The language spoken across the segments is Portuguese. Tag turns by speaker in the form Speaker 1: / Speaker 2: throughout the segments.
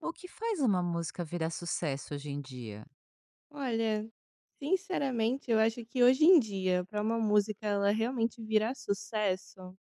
Speaker 1: O que faz uma música virar sucesso hoje em dia?
Speaker 2: Olha, sinceramente, eu acho que hoje em dia, para uma música ela realmente virar sucesso,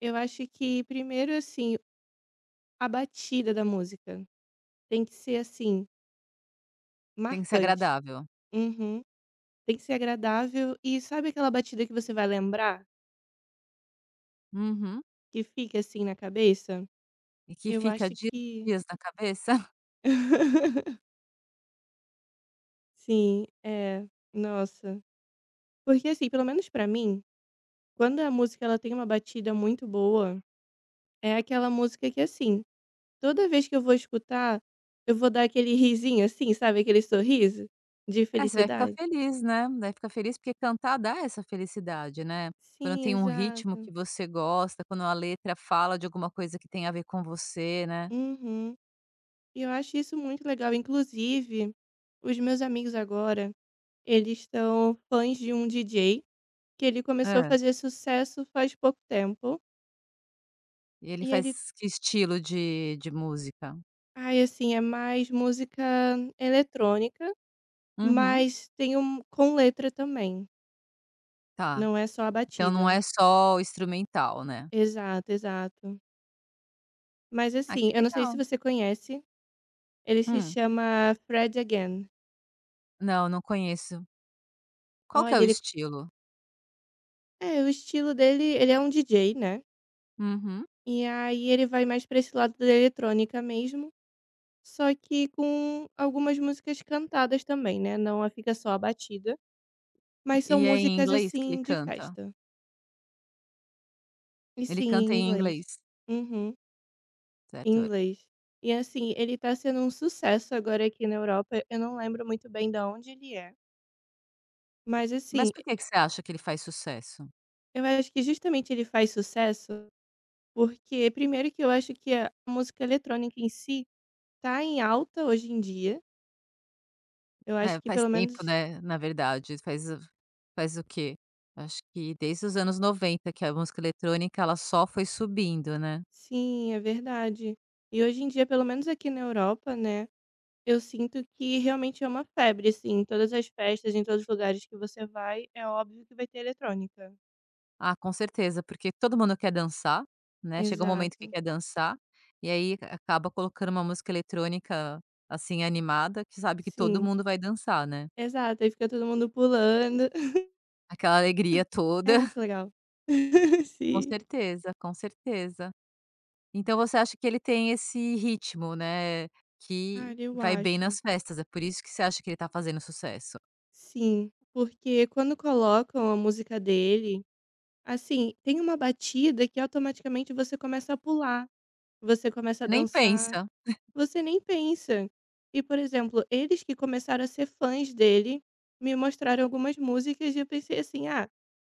Speaker 2: eu acho que primeiro, assim, a batida da música tem que ser, assim,
Speaker 1: Tem que ser
Speaker 2: marcante.
Speaker 1: agradável.
Speaker 2: Uhum. Tem que ser agradável e sabe aquela batida que você vai lembrar?
Speaker 1: Uhum.
Speaker 2: Que fica, assim, na cabeça?
Speaker 1: E que
Speaker 2: Eu
Speaker 1: fica
Speaker 2: acho
Speaker 1: dias e
Speaker 2: que
Speaker 1: dias na cabeça?
Speaker 2: Sim, é. Nossa. Porque, assim, pelo menos pra mim, quando a música ela tem uma batida muito boa, é aquela música que, assim, toda vez que eu vou escutar, eu vou dar aquele risinho assim, sabe, aquele sorriso de
Speaker 1: É, você vai ficar
Speaker 2: felicidade.
Speaker 1: feliz, né, vai ficar feliz porque cantar dá essa felicidade, né. Quando
Speaker 2: Sim,
Speaker 1: tem um ritmo
Speaker 2: exato.
Speaker 1: que você gosta, quando a letra fala de alguma coisa que tem a ver com você, né.
Speaker 2: Uhum. E eu acho isso muito legal. Inclusive, os meus amigos agora, eles estão fãs de um DJ que ele começou a
Speaker 1: Hã.
Speaker 2: fazer sucesso faz pouco tempo.
Speaker 1: E ele
Speaker 2: E ele,
Speaker 1: faz que estilo de música?
Speaker 2: ai, assim, é mais música eletrônica,
Speaker 1: Uhum.
Speaker 2: mas tem um com letra também.
Speaker 1: Tá.
Speaker 2: Não é só a
Speaker 1: Então não
Speaker 2: batida.
Speaker 1: é só o instrumental, né.
Speaker 2: Exato, exato. Mas
Speaker 1: Ah,
Speaker 2: assim,
Speaker 1: que
Speaker 2: eu não sei se
Speaker 1: legal.
Speaker 2: você conhece, ele se
Speaker 1: Hum.
Speaker 2: chama Fred Again.
Speaker 1: Não, não conheço. Qual que é
Speaker 2: Olha,
Speaker 1: o
Speaker 2: ele
Speaker 1: estilo?
Speaker 2: é, o estilo dele ele é um DJ, né,
Speaker 1: Uhum.
Speaker 2: e aí ele vai mais pra esse lado da eletrônica mesmo, só que com algumas músicas cantadas também, né, não a fica só a batida, mas
Speaker 1: E
Speaker 2: são
Speaker 1: é em
Speaker 2: músicas,
Speaker 1: inglês que ele
Speaker 2: assim, de
Speaker 1: canta?
Speaker 2: festa. E
Speaker 1: Ele
Speaker 2: sim, em
Speaker 1: canta em
Speaker 2: inglês.
Speaker 1: inglês,
Speaker 2: Uhum, em
Speaker 1: certo.
Speaker 2: inglês. E assim, ele tá sendo um sucesso agora aqui na Europa, eu não lembro muito bem de onde ele é, mas assim,
Speaker 1: Mas por que que você acha que ele faz sucesso?
Speaker 2: eu acho que justamente ele faz sucesso porque primeiro que eu acho que a música eletrônica em si tá em alta hoje em dia, eu acho
Speaker 1: É,
Speaker 2: que
Speaker 1: faz
Speaker 2: pelo
Speaker 1: tempo,
Speaker 2: menos
Speaker 1: né, na verdade, faz o quê? Acho que desde os anos 90 que a música eletrônica, ela só foi subindo, né.
Speaker 2: sim, é verdade. E hoje em dia, pelo menos aqui na Europa, né, eu sinto que realmente é uma febre, assim, em todas as festas, em todos os lugares que você vai, é óbvio que vai ter eletrônica.
Speaker 1: Ah, com certeza, porque todo mundo quer dançar, né, chega um momento que
Speaker 2: Exato.
Speaker 1: quer dançar, e aí acaba colocando uma música eletrônica, assim, animada, que sabe que todo
Speaker 2: Sim,
Speaker 1: mundo vai dançar, né.
Speaker 2: exato, aí fica todo mundo pulando.
Speaker 1: Aquela alegria
Speaker 2: É
Speaker 1: toda.
Speaker 2: muito legal.
Speaker 1: Com
Speaker 2: Sim.
Speaker 1: certeza, com certeza. Então você acha que ele tem esse ritmo, né,
Speaker 2: Ah,
Speaker 1: que
Speaker 2: eu
Speaker 1: vai bem nas
Speaker 2: acho.
Speaker 1: festas, é por isso que você acha que ele tá fazendo sucesso?
Speaker 2: Sim, porque quando colocam a música dele, assim, tem uma batida que automaticamente você começa a pular, você começa a
Speaker 1: Você nem
Speaker 2: dançar,
Speaker 1: pensa.
Speaker 2: você nem pensa. E, por exemplo, eles que começaram a ser fãs dele, me mostraram algumas músicas e eu pensei assim: "Ah,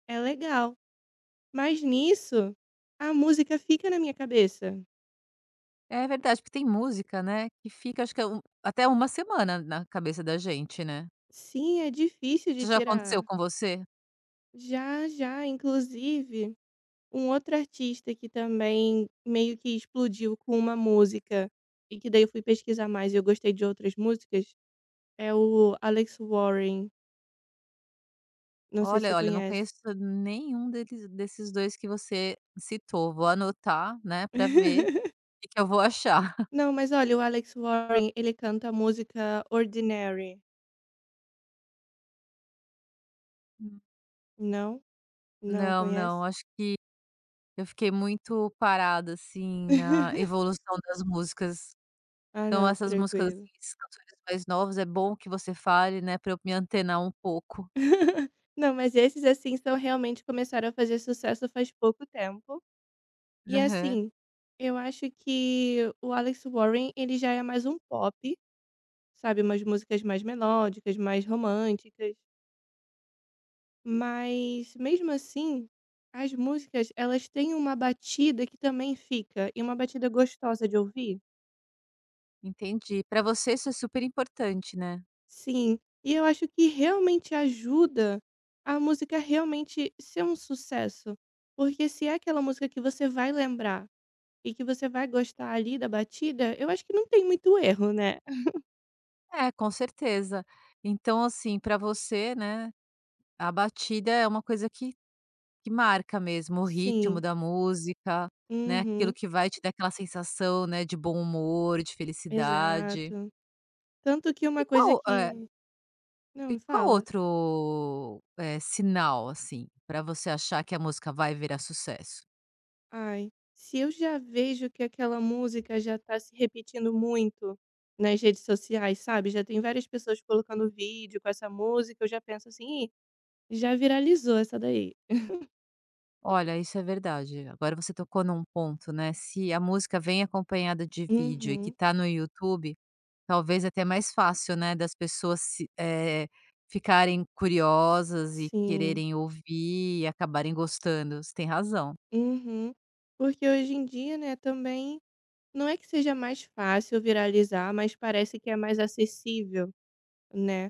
Speaker 2: é legal". Mas nisso, a música fica na minha cabeça.
Speaker 1: É verdade, porque tem música, né, que fica acho que é até uma semana na cabeça da gente, né.
Speaker 2: Sim, é difícil de
Speaker 1: Isso já aconteceu
Speaker 2: tirar.
Speaker 1: com você?
Speaker 2: Já, já, inclusive, um outro artista que também meio que explodiu com uma música, e que daí eu fui pesquisar mais e eu gostei de outras músicas, é o Alex Warren, não sei se você
Speaker 1: Olha, eu não
Speaker 2: conhece.
Speaker 1: conheço nenhum deles desses 2 que você citou, vou anotar, né, pra ver que eu vou achar.
Speaker 2: Não, mas olha, o Alex Warren, ele canta a música Ordinary.
Speaker 1: Hum.
Speaker 2: Não? Não
Speaker 1: Não,
Speaker 2: conhece?
Speaker 1: não, acho que eu fiquei muito parada, assim, na evolução das músicas.
Speaker 2: Ah,
Speaker 1: Então
Speaker 2: não,
Speaker 1: essas músicas,
Speaker 2: tranquilo.
Speaker 1: assim, esses cantores mais novos, é bom que você fale, né, pra eu me antenar um pouco.
Speaker 2: Não, mas esses, assim, são, realmente começaram a fazer sucesso faz pouco tempo. E,
Speaker 1: Aham,
Speaker 2: assim, eu acho que o Alex Warren, ele já é mais um pop, sabe? Umas músicas mais melódicas, mais românticas. Mas, mesmo assim, as músicas, elas têm uma batida que também fica, e uma batida gostosa de ouvir.
Speaker 1: entendi. Pra você isso é super importante, né?
Speaker 2: Sim, e eu acho que realmente ajuda a música realmente ser um sucesso, porque se é aquela música que você vai lembrar e que você vai gostar ali da batida, eu acho que não tem muito erro, né.
Speaker 1: É, com certeza. Então, assim, pra você, né, a batida é uma coisa que marca mesmo, o ritmo
Speaker 2: Sim.
Speaker 1: da música, né, aquilo
Speaker 2: Uhum.
Speaker 1: que vai te dar aquela sensação, né, de bom humor, de felicidade.
Speaker 2: Exato. Tanto que
Speaker 1: E
Speaker 2: uma
Speaker 1: qual,
Speaker 2: coisa
Speaker 1: eh,
Speaker 2: que
Speaker 1: e
Speaker 2: não,
Speaker 1: qual
Speaker 2: fala.
Speaker 1: outro, sinal, assim, pra você achar que a música vai virar sucesso?
Speaker 2: Ai, se eu já vejo que aquela música já tá se repetindo muito nas redes sociais, sabe, já tem várias pessoas colocando vídeo com essa música, eu já penso assim: "Ih, já viralizou essa daí".
Speaker 1: Olha, isso é verdade. Agora você tocou num ponto, né, se a música vem acompanhada de vídeo e que
Speaker 2: Uhum,
Speaker 1: tá no YouTube, talvez até mais fácil, né, das pessoas se ficarem curiosas e
Speaker 2: sim.
Speaker 1: quererem ouvir e acabarem gostando. Você tem razão.
Speaker 2: Uhum. Porque hoje em dia, né, também não é que seja mais fácil viralizar, mas parece que é mais acessível, né.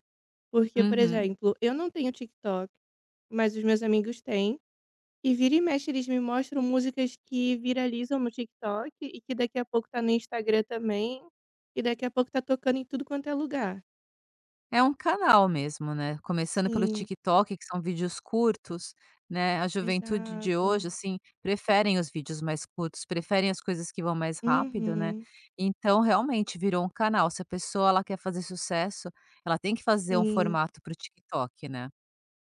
Speaker 2: Porque, por
Speaker 1: Uhum.
Speaker 2: exemplo, eu não tenho TikTok, mas os meus amigos têm. E vira e mexe eles me mostram músicas que viralizam no TikTok e que daqui a pouco tá no Instagram também, e daqui a pouco tá tocando em tudo quanto é lugar.
Speaker 1: É um canal mesmo, né, começando pelo
Speaker 2: Sim,
Speaker 1: TikTok, que são vídeos curtos, né, a juventude de
Speaker 2: exato.
Speaker 1: hoje, assim, preferem os vídeos mais curtos, preferem as coisas que vão mais rápido, né,
Speaker 2: Uhum.
Speaker 1: então realmente virou um canal, se a pessoa ela quer fazer sucesso, ela tem que fazer um
Speaker 2: Sim,
Speaker 1: formato para o TikTok, né.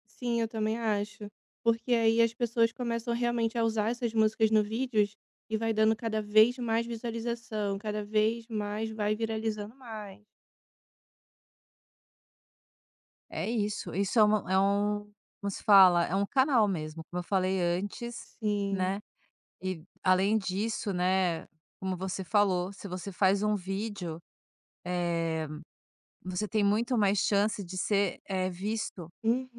Speaker 2: sim, eu também acho. Porque aí as pessoas começam realmente a usar essas músicas no vídeos e vai dando cada vez mais visualização, cada vez mais vai viralizando mais.
Speaker 1: É isso, isso é uma é um como se fala? É um canal mesmo, como eu falei antes,
Speaker 2: Sim.
Speaker 1: né, e além disso, né, como você falou, se você faz um vídeo. Você tem muito mais chance de ser, visto,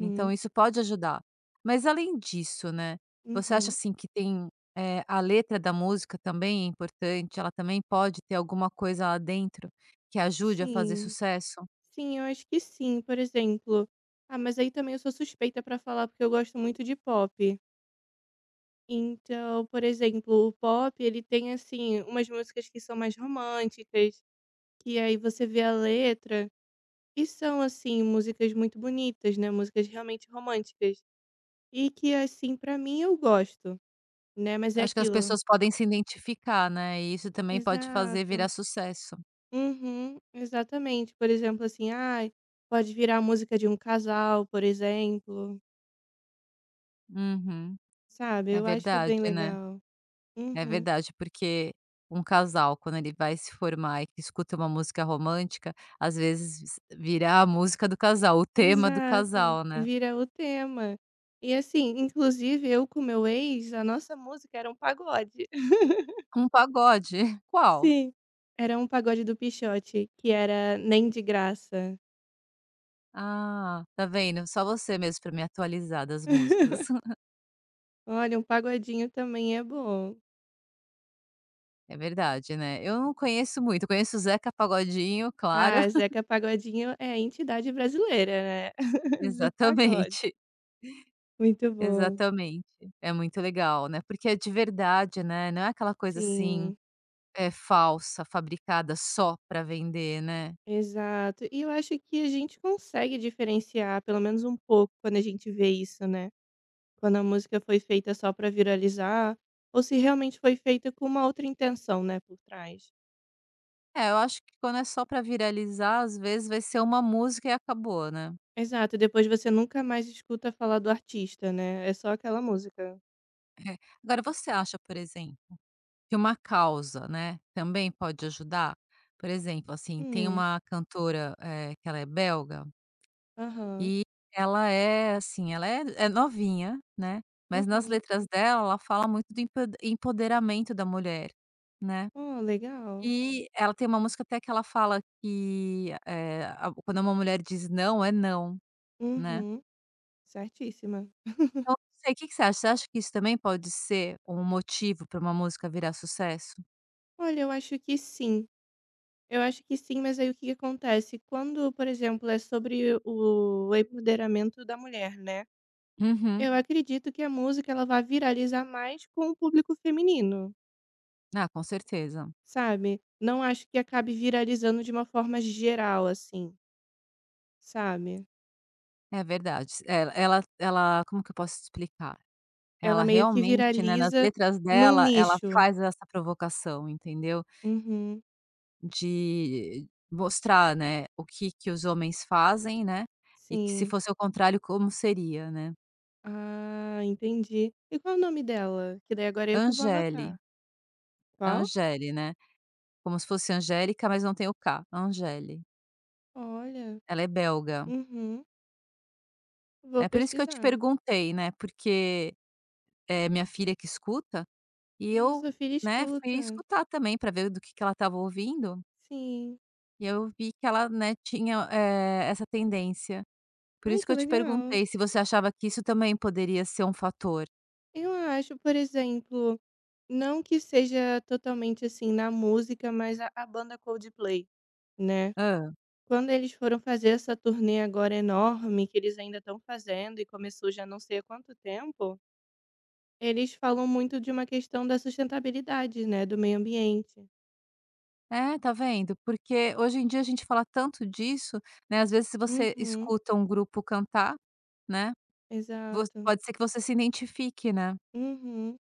Speaker 1: então isso pode ajudar. Mas além disso, né, você acha,
Speaker 2: uhum.
Speaker 1: assim, que tem, a letra da música também é importante, ela também pode ter alguma coisa lá dentro que ajude a fazer
Speaker 2: Sim.
Speaker 1: sucesso?
Speaker 2: Sim, eu acho que sim. Por exemplo, ah, mas aí também eu sou suspeita pra falar, porque eu gosto muito de pop. Então, por exemplo, o pop, ele tem, assim, umas músicas que são mais românticas, que aí você vê a letra e são, assim, músicas muito bonitas, né, músicas realmente românticas. E que, assim, pra mim eu gosto, né, mas
Speaker 1: Eu
Speaker 2: é
Speaker 1: acho que as
Speaker 2: aquilo
Speaker 1: pessoas podem se identificar, né, e isso também pode fazer virar
Speaker 2: exato.
Speaker 1: sucesso.
Speaker 2: Uhum, exatamente. Por exemplo, assim, ai, pode virar a música de um casal, por exemplo.
Speaker 1: Uhum.
Speaker 2: Sabe,
Speaker 1: É
Speaker 2: eu acho
Speaker 1: verdade,
Speaker 2: bem
Speaker 1: né?
Speaker 2: legal.
Speaker 1: É
Speaker 2: Uhum,
Speaker 1: verdade, porque um casal, quando ele vai se formar e que escuta uma música romântica, às vezes vira a música do casal, o tema do
Speaker 2: exato,
Speaker 1: casal, né.
Speaker 2: vira o tema. E assim, inclusive eu com meu ex, a nossa música era um pagode.
Speaker 1: Um pagode? Qual?
Speaker 2: Sim, era um pagode do Pixote, que era Nem de Graça.
Speaker 1: Ah, tá vendo, só você mesmo pra me atualizar das músicas.
Speaker 2: Olha, um pagodinho também é bom.
Speaker 1: É verdade, né. Eu não conheço muito, conheço o Zeca Pagodinho, claro.
Speaker 2: Ah, Zeca Pagodinho é a entidade brasileira, né, do pagode.
Speaker 1: Exatamente,
Speaker 2: Muito bom,
Speaker 1: exatamente. É muito legal, né, porque é de verdade, né, não é aquela coisa assim,
Speaker 2: sim.
Speaker 1: é falsa, fabricada só pra vender, né.
Speaker 2: Exato. E eu acho que a gente consegue diferenciar, pelo menos um pouco, quando a gente vê isso, né? Quando a música foi feita só pra viralizar, ou se realmente foi feita com uma outra intenção, né, por trás.
Speaker 1: É, eu acho que quando é só para viralizar, às vezes vai ser uma música e acabou, né.
Speaker 2: Exato, depois você nunca mais escuta falar do artista, né? É só aquela música.
Speaker 1: Agora você acha, por exemplo, que uma causa, né, também pode ajudar? Por exemplo, assim, tem
Speaker 2: Hum,
Speaker 1: uma cantora, que ela é belga
Speaker 2: aham,
Speaker 1: e ela é, assim, ela é novinha, né, mas nas
Speaker 2: uhum.
Speaker 1: letras dela, ela fala muito do empoderamento da mulher, né.
Speaker 2: Oh, legal.
Speaker 1: E ela tem uma música até que ela fala que, eh, a quando uma mulher diz não, é não, né.
Speaker 2: Uhum, certíssima.
Speaker 1: Então, não sei, o que que você acha? Você acha que isso também pode ser um motivo para uma música virar sucesso?
Speaker 2: Olha, eu acho que sim. Eu acho que sim, mas aí o que que acontece? Quando, por exemplo, é sobre o empoderamento da mulher, né?
Speaker 1: Uhum.
Speaker 2: Eu acredito que a música ela vai viralizar mais com o público feminino,
Speaker 1: Ah, com certeza.
Speaker 2: sabe? Não acho que acabe viralizando de uma forma geral, assim, sabe?
Speaker 1: É verdade. Ela como que eu posso explicar?
Speaker 2: Ela
Speaker 1: Ela
Speaker 2: meio que
Speaker 1: realmente, né, nas
Speaker 2: viraliza
Speaker 1: letras
Speaker 2: num
Speaker 1: dela, ela
Speaker 2: nicho.
Speaker 1: faz essa provocação, entendeu?
Speaker 2: Uhum,
Speaker 1: De mostrar, né, o que que os homens fazem, né, e que se
Speaker 2: sim.
Speaker 1: fosse ao contrário como seria, né.
Speaker 2: Ah, entendi. E qual é o nome dela? Que daí agora eu que vou
Speaker 1: Angéli,
Speaker 2: anotar. Qual?
Speaker 1: Angéli, né, como se fosse Angélica, mas não tem o K, Angéli.
Speaker 2: Olha.
Speaker 1: Ela é belga.
Speaker 2: Uhum. Vou
Speaker 1: É por isso que eu te
Speaker 2: pesquisar.
Speaker 1: perguntei, né, porque é minha filha que escuta, e eu,
Speaker 2: Sua filha
Speaker 1: né, fui
Speaker 2: escuta.
Speaker 1: escutar também para ver do que ela estava ouvindo,
Speaker 2: Sim.
Speaker 1: e eu vi que ela, né, tinha, essa tendência. Por
Speaker 2: Ai,
Speaker 1: isso que
Speaker 2: que
Speaker 1: eu te
Speaker 2: legal.
Speaker 1: perguntei se você achava que isso também poderia ser um fator.
Speaker 2: Eu acho, por exemplo. Não que seja totalmente, assim, na música, mas a banda Coldplay, né.
Speaker 1: Ah,
Speaker 2: Quando eles foram fazer essa turnê agora enorme, que eles ainda estão fazendo e começou já não sei há quanto tempo, eles falam muito de uma questão da sustentabilidade, né, do meio ambiente.
Speaker 1: é, tá vendo? Porque hoje em dia a gente fala tanto disso, né, às vezes se você
Speaker 2: Uhum,
Speaker 1: escuta um grupo cantar, né, vo
Speaker 2: exato.
Speaker 1: pode ser que você se identifique, né.
Speaker 2: Uhum,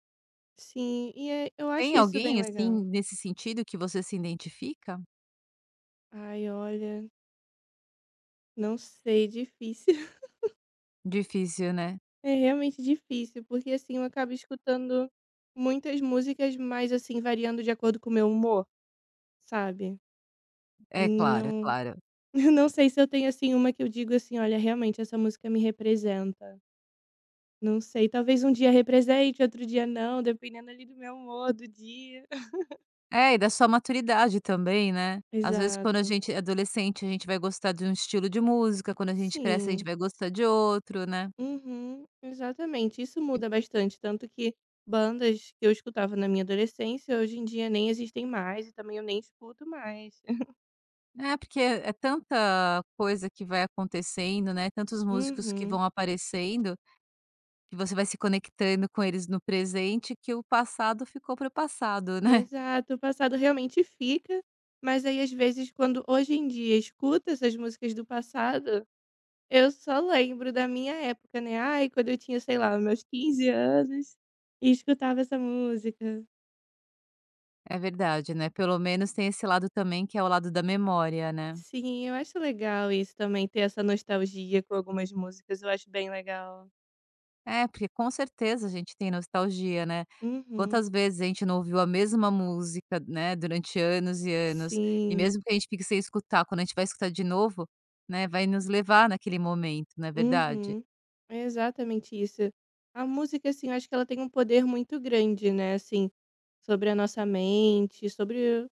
Speaker 2: sim. E é eu
Speaker 1: Tem
Speaker 2: acho isso bem
Speaker 1: alguém, assim,
Speaker 2: legal.
Speaker 1: nesse sentido que você se identifica?
Speaker 2: Ai, olha, não sei, difícil.
Speaker 1: Difícil, né.
Speaker 2: É realmente difícil, porque assim, eu acabo escutando muitas músicas, mas assim, variando de acordo com o meu humor, sabe?
Speaker 1: É, claro, é
Speaker 2: Não,
Speaker 1: claro.
Speaker 2: eu não sei se eu tenho assim uma que eu digo assim, olha, realmente essa música me representa. Não sei, talvez um dia represente, outro dia não, dependendo ali do meu humor do dia.
Speaker 1: É, e da sua maturidade também, né. Às vezes quando a
Speaker 2: Exato.
Speaker 1: gente é adolescente, a gente vai gostar de um estilo de música, quando a gente cresce, a gente
Speaker 2: Sim.
Speaker 1: vai gostar de outro, né.
Speaker 2: Uhum, exatamente. Isso muda bastante, tanto que bandas que eu escutava na minha adolescência, hoje em dia nem existem mais e também eu nem escuto mais.
Speaker 1: É, porque é tanta coisa que vai acontecendo, né, tantos músicos que
Speaker 2: Uhum.
Speaker 1: vão aparecendo, que você vai se conectando com eles no presente, que o passado ficou para o passado, né.
Speaker 2: Exato, o passado realmente fica, mas aí às vezes quando hoje em dia escuto essas músicas do passado, eu só lembro da minha época, né, ai quando eu tinha, sei lá, meus 15 anos, e escutava essa música.
Speaker 1: É verdade, né, pelo menos tem esse lado também que é o lado da memória, né.
Speaker 2: Sim, eu acho legal isso também, ter essa nostalgia com algumas músicas, eu acho bem legal.
Speaker 1: É, porque com certeza a gente tem nostalgia, né.
Speaker 2: Uhum,
Speaker 1: Quantas vezes a gente não ouviu a mesma música, né, durante anos e anos, e
Speaker 2: sim,
Speaker 1: mesmo que a gente fique sem escutar, quando a gente vai escutar de novo, né, vai nos levar naquele momento, não é verdade?
Speaker 2: uhum, é exatamente isso. A música, assim, eu acho que ela tem um poder muito grande, né, assim, sobre a nossa mente, sobre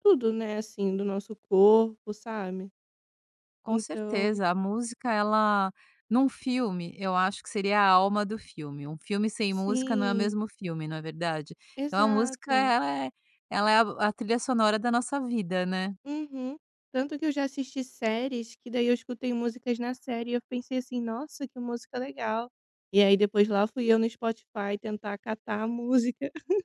Speaker 2: tudo, né, assim, do nosso corpo, sabe.
Speaker 1: Com
Speaker 2: Então
Speaker 1: certeza, a música ela num filme, eu acho que seria a alma do filme. Um filme sem música não é o
Speaker 2: sim,
Speaker 1: mesmo filme, não é verdade? Então a música
Speaker 2: exato.
Speaker 1: ela é a trilha sonora da nossa vida, né?
Speaker 2: Uhum. Tanto que eu já assisti séries que daí eu escutei músicas na série e eu pensei assim: "Nossa, que música legal". E aí depois lá fui eu no Spotify tentar catar a música.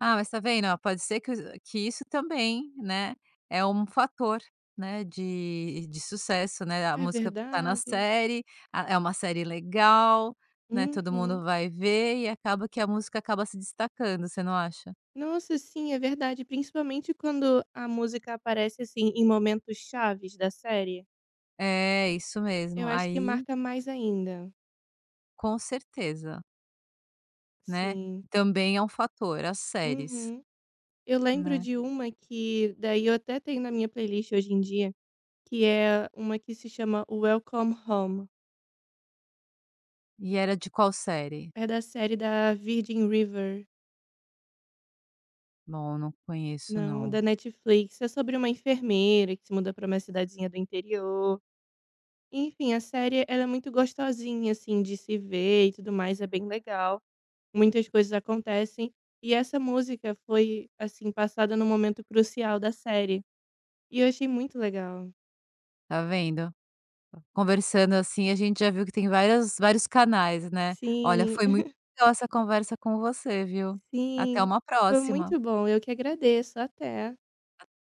Speaker 1: Ah, mas tá vendo, ó, pode ser que os que isso também, né, é um fator, né, de sucesso, né, a
Speaker 2: É
Speaker 1: música tá na
Speaker 2: verdade.
Speaker 1: série, a é uma série legal, né, todo
Speaker 2: Uhum.
Speaker 1: mundo vai ver e acaba que a música acaba se destacando, você não acha?
Speaker 2: Nossa, sim, é verdade, principalmente quando a música aparece, assim, em momentos chaves da série,
Speaker 1: É, isso
Speaker 2: eu
Speaker 1: mesmo,
Speaker 2: acho que
Speaker 1: aí
Speaker 2: marca mais ainda.
Speaker 1: com certeza, né.
Speaker 2: Sim.
Speaker 1: Também é um fator, as séries,
Speaker 2: Uhum. Eu lembro
Speaker 1: né.
Speaker 2: de uma que daí eu até tenho na minha playlist hoje em dia, que é uma que se chama Welcome Home.
Speaker 1: E era de qual série?
Speaker 2: É da série da Virgin River,
Speaker 1: Bom, não conheço
Speaker 2: não,
Speaker 1: não.
Speaker 2: da Netflix. É sobre uma enfermeira que se muda para uma cidadezinha do interior. Enfim, a série ela é muito gostosinha assim de se ver e tudo mais, é bem legal. Muitas coisas acontecem e essa música foi assim passada num momento crucial da série. E eu achei muito legal.
Speaker 1: Tá vendo? Conversando assim, a gente já viu que tem várias vários canais, né. Olha,
Speaker 2: Sim.
Speaker 1: foi muito legal essa conversa com você, viu. Até
Speaker 2: Sim,
Speaker 1: uma
Speaker 2: foi
Speaker 1: próxima.
Speaker 2: muito bom, eu que agradeço, até.